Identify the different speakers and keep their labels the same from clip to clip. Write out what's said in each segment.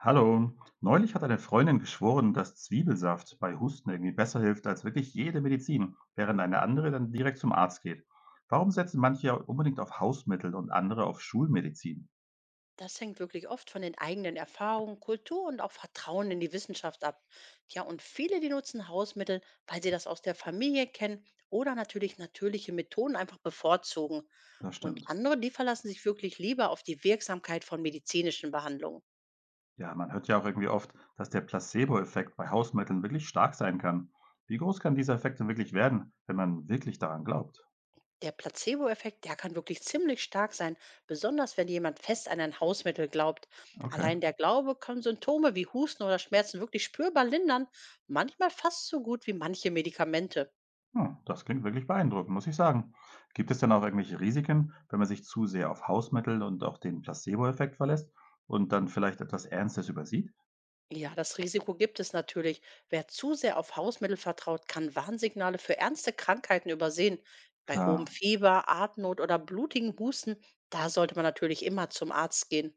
Speaker 1: Hallo. Neulich hat eine Freundin geschworen, dass Zwiebelsaft bei Husten irgendwie besser hilft als wirklich jede Medizin, während eine andere dann direkt zum Arzt geht. Warum setzen manche ja unbedingt auf Hausmittel und andere auf Schulmedizin?
Speaker 2: Das hängt wirklich oft von den eigenen Erfahrungen, Kultur und auch Vertrauen in die Wissenschaft ab. Ja, und viele, die nutzen Hausmittel, weil sie das aus der Familie kennen oder natürlich natürliche Methoden einfach bevorzugen.
Speaker 1: Das
Speaker 2: Und
Speaker 1: stimmt.
Speaker 2: andere, die verlassen sich wirklich lieber auf die Wirksamkeit von medizinischen Behandlungen.
Speaker 1: Ja, man hört ja auch irgendwie oft, dass der Placebo-Effekt bei Hausmitteln wirklich stark sein kann. Wie groß kann dieser Effekt denn wirklich werden, wenn man wirklich daran glaubt?
Speaker 2: Der Placebo-Effekt, der kann wirklich ziemlich stark sein, besonders wenn jemand fest an ein Hausmittel glaubt.
Speaker 1: Okay.
Speaker 2: Allein der Glaube kann Symptome wie Husten oder Schmerzen wirklich spürbar lindern, manchmal fast so gut wie manche Medikamente.
Speaker 1: Hm, das klingt wirklich beeindruckend, muss ich sagen. Gibt es denn auch irgendwelche Risiken, wenn man sich zu sehr auf Hausmittel und auch den Placebo-Effekt verlässt und dann vielleicht etwas Ernstes übersieht?
Speaker 2: Ja, das Risiko gibt es natürlich. Wer zu sehr auf Hausmittel vertraut, kann Warnsignale für ernste Krankheiten übersehen. Bei hohem
Speaker 1: Klar.
Speaker 2: Fieber, Atemnot oder blutigem Husten, da sollte man natürlich immer zum Arzt gehen.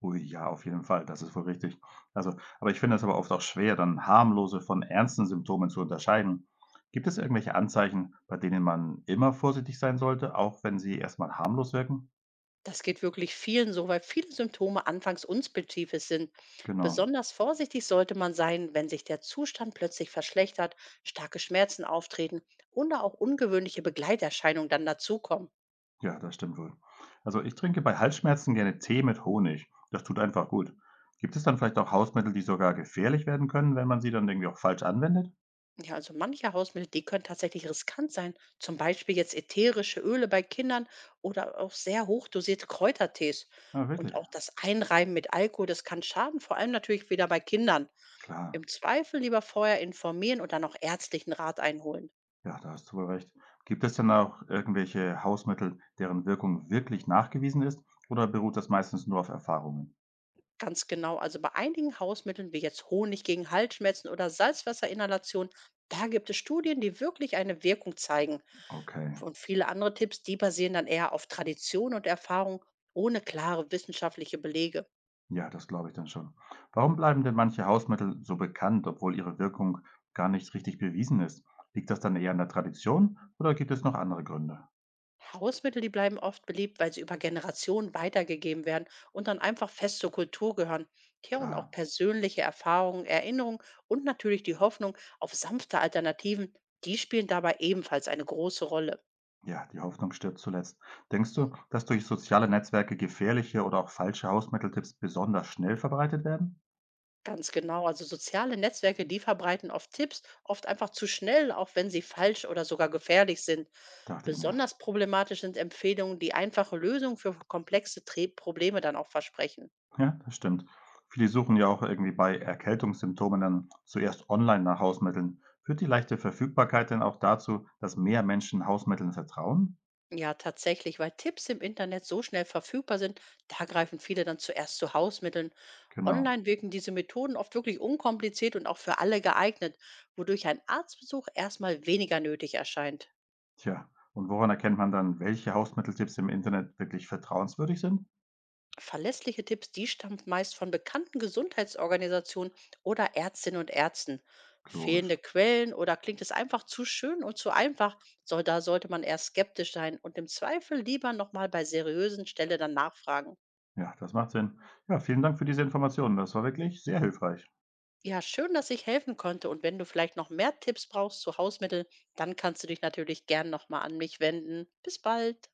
Speaker 1: Ui, ja, auf jeden Fall, das ist wohl richtig. Also, aber ich finde es oft auch schwer, dann harmlose von ernsten Symptomen zu unterscheiden. Gibt es irgendwelche Anzeichen, bei denen man immer vorsichtig sein sollte, auch wenn sie erstmal harmlos wirken?
Speaker 2: Das geht wirklich vielen so, weil viele Symptome anfangs unspezifisch sind.
Speaker 1: Genau.
Speaker 2: Besonders vorsichtig sollte man sein, wenn sich der Zustand plötzlich verschlechtert, starke Schmerzen auftreten oder auch ungewöhnliche Begleiterscheinungen dann dazukommen.
Speaker 1: Ja, das stimmt wohl. Also, ich trinke bei Halsschmerzen gerne Tee mit Honig. Das tut einfach gut. Gibt es dann vielleicht auch Hausmittel, die sogar gefährlich werden können, wenn man sie dann irgendwie auch falsch anwendet?
Speaker 2: Ja, also manche Hausmittel, die können tatsächlich riskant sein. Zum Beispiel jetzt ätherische Öle bei Kindern oder auch sehr hochdosierte Kräutertees.
Speaker 1: Ja,
Speaker 2: Und
Speaker 1: wirklich.
Speaker 2: auch das Einreiben mit Alkohol, das kann schaden, vor allem natürlich wieder bei Kindern.
Speaker 1: Klar.
Speaker 2: Im Zweifel lieber vorher informieren und dann auch ärztlichen Rat einholen.
Speaker 1: Ja, da hast du wohl recht. Gibt es denn auch irgendwelche Hausmittel, deren Wirkung wirklich nachgewiesen ist, oder beruht das meistens nur auf Erfahrungen?
Speaker 2: Ganz genau. Also bei einigen Hausmitteln wie jetzt Honig gegen Halsschmerzen oder Salzwasserinhalation, da gibt es Studien, die wirklich eine Wirkung zeigen.
Speaker 1: Okay.
Speaker 2: Und viele andere Tipps, die basieren dann eher auf Tradition und Erfahrung ohne klare wissenschaftliche Belege.
Speaker 1: Ja, das glaube ich dann schon. Warum bleiben denn manche Hausmittel so bekannt, obwohl ihre Wirkung gar nicht richtig bewiesen ist? Liegt das dann eher an der Tradition oder gibt es noch andere Gründe?
Speaker 2: Hausmittel, die bleiben oft beliebt, weil sie über Generationen weitergegeben werden und dann einfach fest zur Kultur gehören. Tja, und
Speaker 1: Klar.
Speaker 2: auch persönliche Erfahrungen, Erinnerungen und natürlich die Hoffnung auf sanfte Alternativen, die spielen dabei ebenfalls eine große Rolle.
Speaker 1: Ja, die Hoffnung stirbt zuletzt. Denkst du, dass durch soziale Netzwerke gefährliche oder auch falsche Hausmitteltipps besonders schnell verbreitet werden?
Speaker 2: Ganz genau. Also soziale Netzwerke, die verbreiten oft Tipps, oft einfach zu schnell, auch wenn sie falsch oder sogar gefährlich sind.
Speaker 1: Dachte ich mir.
Speaker 2: Besonders problematisch sind Empfehlungen, die einfache Lösungen für komplexe Tre Probleme dann auch versprechen.
Speaker 1: Ja, das stimmt. Viele suchen ja auch irgendwie bei Erkältungssymptomen dann zuerst online nach Hausmitteln. Führt die leichte Verfügbarkeit denn auch dazu, dass mehr Menschen Hausmitteln vertrauen?
Speaker 2: Ja, tatsächlich, weil Tipps im Internet so schnell verfügbar sind, da greifen viele dann zuerst zu Hausmitteln.
Speaker 1: Genau.
Speaker 2: Online wirken diese Methoden oft wirklich unkompliziert und auch für alle geeignet, wodurch ein Arztbesuch erstmal weniger nötig erscheint.
Speaker 1: Tja, und woran erkennt man dann, welche Hausmitteltipps im Internet wirklich vertrauenswürdig sind?
Speaker 2: Verlässliche Tipps, die stammen meist von bekannten Gesundheitsorganisationen oder Ärztinnen und Ärzten.
Speaker 1: Logisch.
Speaker 2: Fehlende Quellen oder klingt es einfach zu schön und zu einfach, da sollte man eher skeptisch sein und im Zweifel lieber nochmal bei seriösen Stelle dann nachfragen.
Speaker 1: Ja, das macht Sinn. Ja, vielen Dank für diese Informationen. Das war wirklich sehr hilfreich.
Speaker 2: Ja, schön, dass ich helfen konnte und wenn du vielleicht noch mehr Tipps brauchst zu Hausmitteln, dann kannst du dich natürlich gern nochmal an mich wenden. Bis bald.